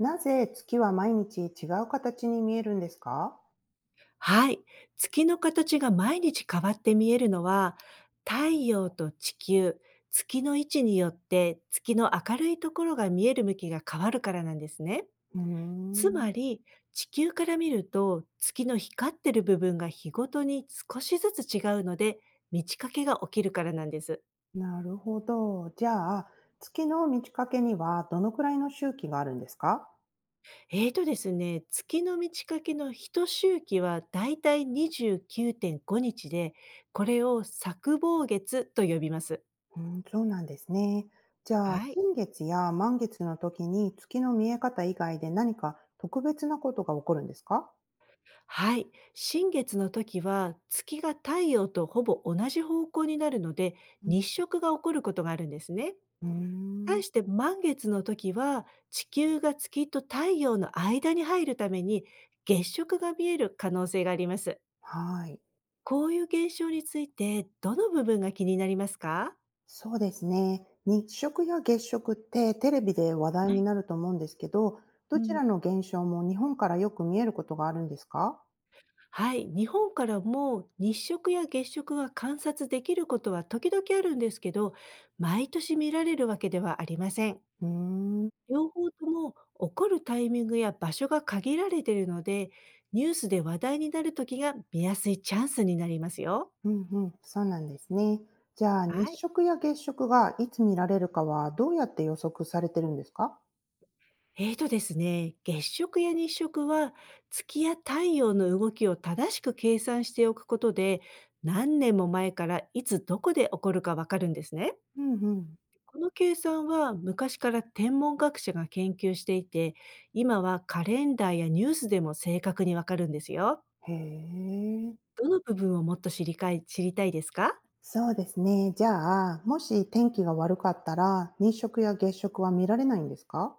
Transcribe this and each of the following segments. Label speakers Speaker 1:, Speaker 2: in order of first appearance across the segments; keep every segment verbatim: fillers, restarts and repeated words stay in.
Speaker 1: なぜ月は毎日違う形に見えるんですか？
Speaker 2: はい。月の形が毎日変わって見えるのは、太陽と地球、月の位置によって月の明るいところが見える向きが変わるからなんですね。
Speaker 1: うー
Speaker 2: つ
Speaker 1: ん、
Speaker 2: まり、地球から見ると月の光ってる部分が日ごとに少しずつ違うので、満ち欠けが起きるからなんです。
Speaker 1: なるほど。じゃあ、月の満ち欠けにはどのくらいの周期があるんですか？
Speaker 2: えーとですね、月の満ち欠けの一周期はだいたいにじゅうきゅうてんごにちで、これを作望月と呼びます。
Speaker 1: うーん、そうなんですね。じゃあ、
Speaker 2: はい。
Speaker 1: 新月や満月の時に月の見え方以外で何か特別なことが起こるんですか？
Speaker 2: はい。新月の時は月が太陽とほぼ同じ方向になるので、
Speaker 1: うん、
Speaker 2: 日食が起こることがあるんですね。
Speaker 1: うーん、
Speaker 2: 対して満月の時は地球が月と太陽の間に入るために、月食が見える可能性があります。
Speaker 1: はい。
Speaker 2: こういう現象についてどの部分が気になりますか？
Speaker 1: そうですね。日食や月食ってテレビで話題
Speaker 2: は
Speaker 1: に
Speaker 2: い。
Speaker 1: なると思うんですけど、ど
Speaker 2: う
Speaker 1: ち
Speaker 2: ん、
Speaker 1: らの現象も日本からよく見えることがあるんですか？
Speaker 2: はい、日本からも日食や月食が観察できることは時々あるんですけど、毎年見られるわけではありません。
Speaker 1: うーん、
Speaker 2: 両方とも起こるタイミングや場所が限られているので、ニュースで話題になる時が見やすいチャンスになりますよ。
Speaker 1: うんうん、そうなんですね。じゃあ日
Speaker 2: はい。
Speaker 1: 食や月食がいつ見られるかはどうやって予測されてるんですか？
Speaker 2: えーとですね、月食や日食は、月や太陽の動きを正しく計算しておくことで、何年も前からいつどこで起こるかわかるんですね。
Speaker 1: うんうん。
Speaker 2: この計算は昔から天文学者が研究していて、今はカレンダーやニュースでも正確にわかるんですよ。
Speaker 1: へえ。
Speaker 2: どの部分をもっと知りかい知りたいですか？
Speaker 1: そうですね。じゃあ、もし天気が悪かったら、日食や月食は見られないんですか？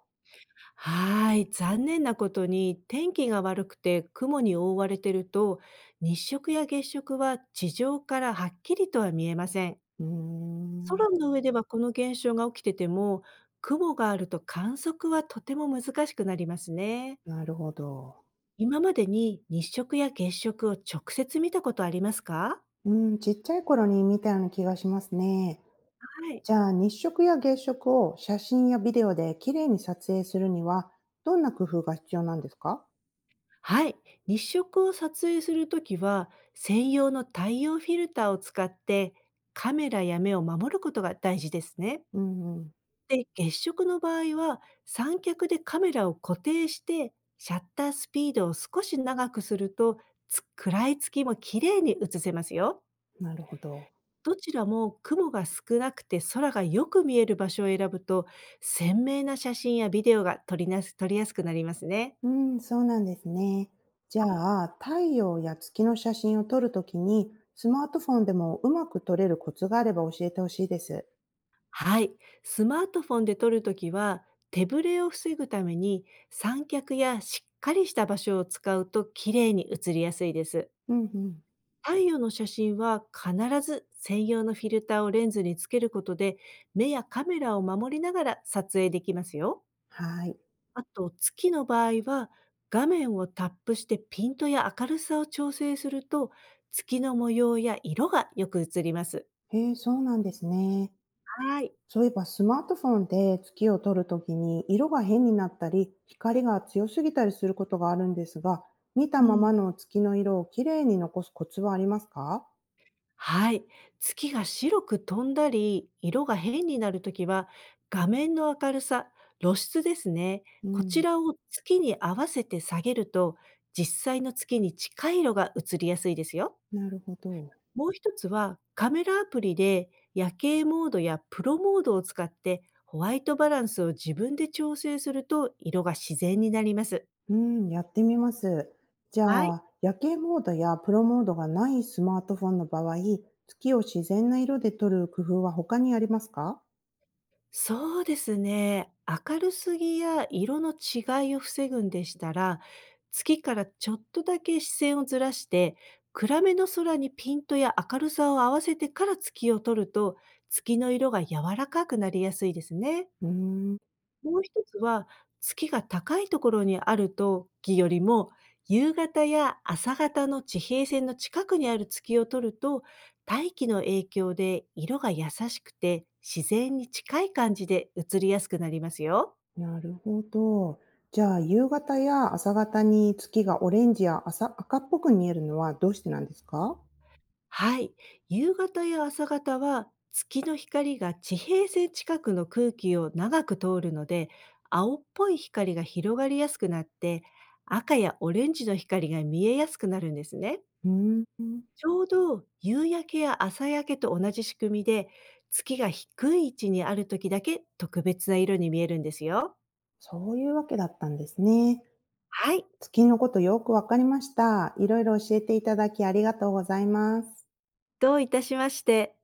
Speaker 2: はい、残念なことに天気が悪くて雲に覆われてると、日食や月食は地上からはっきりとは見えません。
Speaker 1: うーん、
Speaker 2: 空の上ではこの現象が起きてても、雲があると観測はとても難しくなりますね。
Speaker 1: なるほど。
Speaker 2: 今までに日食や月食を直接見たことありますか？
Speaker 1: うん、ちっちゃい頃に見たような気がしますね。
Speaker 2: はい。
Speaker 1: じゃあ、日食や月食を写真やビデオで綺麗に撮影するには、どんな工夫が必要なんですか？
Speaker 2: はい。日食を撮影するときは専用の太陽フィルターを使って、カメラや目を守ることが大事ですね。
Speaker 1: うんうん、
Speaker 2: で、月食の場合は、三脚でカメラを固定して、シャッタースピードを少し長くすると、つ暗い月も綺麗に映せますよ。
Speaker 1: なるほど。
Speaker 2: どちらも雲が少なくて空がよく見える場所を選ぶと、鮮明な写真やビデオが撮りなす撮りやすくなりますね。
Speaker 1: うん、そうなんですね。じゃあ、太陽や月の写真を撮るときに、スマートフォンでもうまく撮れるコツがあれば教えてほしいです。
Speaker 2: はい。スマートフォンで撮るときは、手ぶれを防ぐために三脚やしっかりした場所を使うと綺麗に映りやすいです。
Speaker 1: うんうん。
Speaker 2: 太陽の写真は必ず専用のフィルターをレンズにつけることで、目やカメラを守りながら撮影できますよ。
Speaker 1: はい。
Speaker 2: あと月の場合は、画面をタップしてピントや明るさを調整すると、月の模様や色がよく映ります。
Speaker 1: へえ、そうなんですね。
Speaker 2: はい。
Speaker 1: そういえばスマートフォンで月を撮るときに色が変になったり光が強すぎたりすることがあるんですが、見た
Speaker 2: う
Speaker 1: まま
Speaker 2: ん、
Speaker 1: の月の色をきれいに残すコツはありますか？
Speaker 2: はい。月が白く飛んだり、色が変になるときは、画面の明るさ、露出ですね。
Speaker 1: う
Speaker 2: こ
Speaker 1: ん、
Speaker 2: ちらを月に合わせて下げると、実際の月に近い色が映りやすいですよ。
Speaker 1: なるほど。
Speaker 2: もう一つは、カメラアプリで夜景モードやプロモードを使って、ホワイトバランスを自分で調整すると色が自然になります。
Speaker 1: うん、やってみます。じゃ
Speaker 2: はい。
Speaker 1: あ夜景モードやプロモードがないスマートフォンの場合、月を自然な色で撮る工夫は他にありますか？
Speaker 2: そうですね。明るすぎや色の違いを防ぐんでしたら、月からちょっとだけ視線をずらして、暗めの空にピントや明るさを合わせてから月を撮ると、月の色が柔らかくなりやすいですね。
Speaker 1: うーん、
Speaker 2: もう一つは、月が高いところにある時よりも、夕方や朝方の地平線の近くにある月を撮ると、大気の影響で色が優しくて、自然に近い感じで映りやすくなりますよ。
Speaker 1: なるほど。じゃあ、夕方や朝方に月がオレンジや朝赤っぽく見えるのはどうしてなんですか？
Speaker 2: はい。夕方や朝方は、月の光が地平線近くの空気を長く通るので、青っぽい光が広がりやすくなって、赤やオレンジの光が見えやすくなるんですね。
Speaker 1: うーん、
Speaker 2: ちょうど夕焼けや朝焼けと同じ仕組みで、月が低い位置にある時だけ特別な色に見えるんですよ。
Speaker 1: そういうわけだったんですね。
Speaker 2: はい、
Speaker 1: 月のことよくわかりました。いろいろ教えていただきありがとうございます。
Speaker 2: どういたしまして。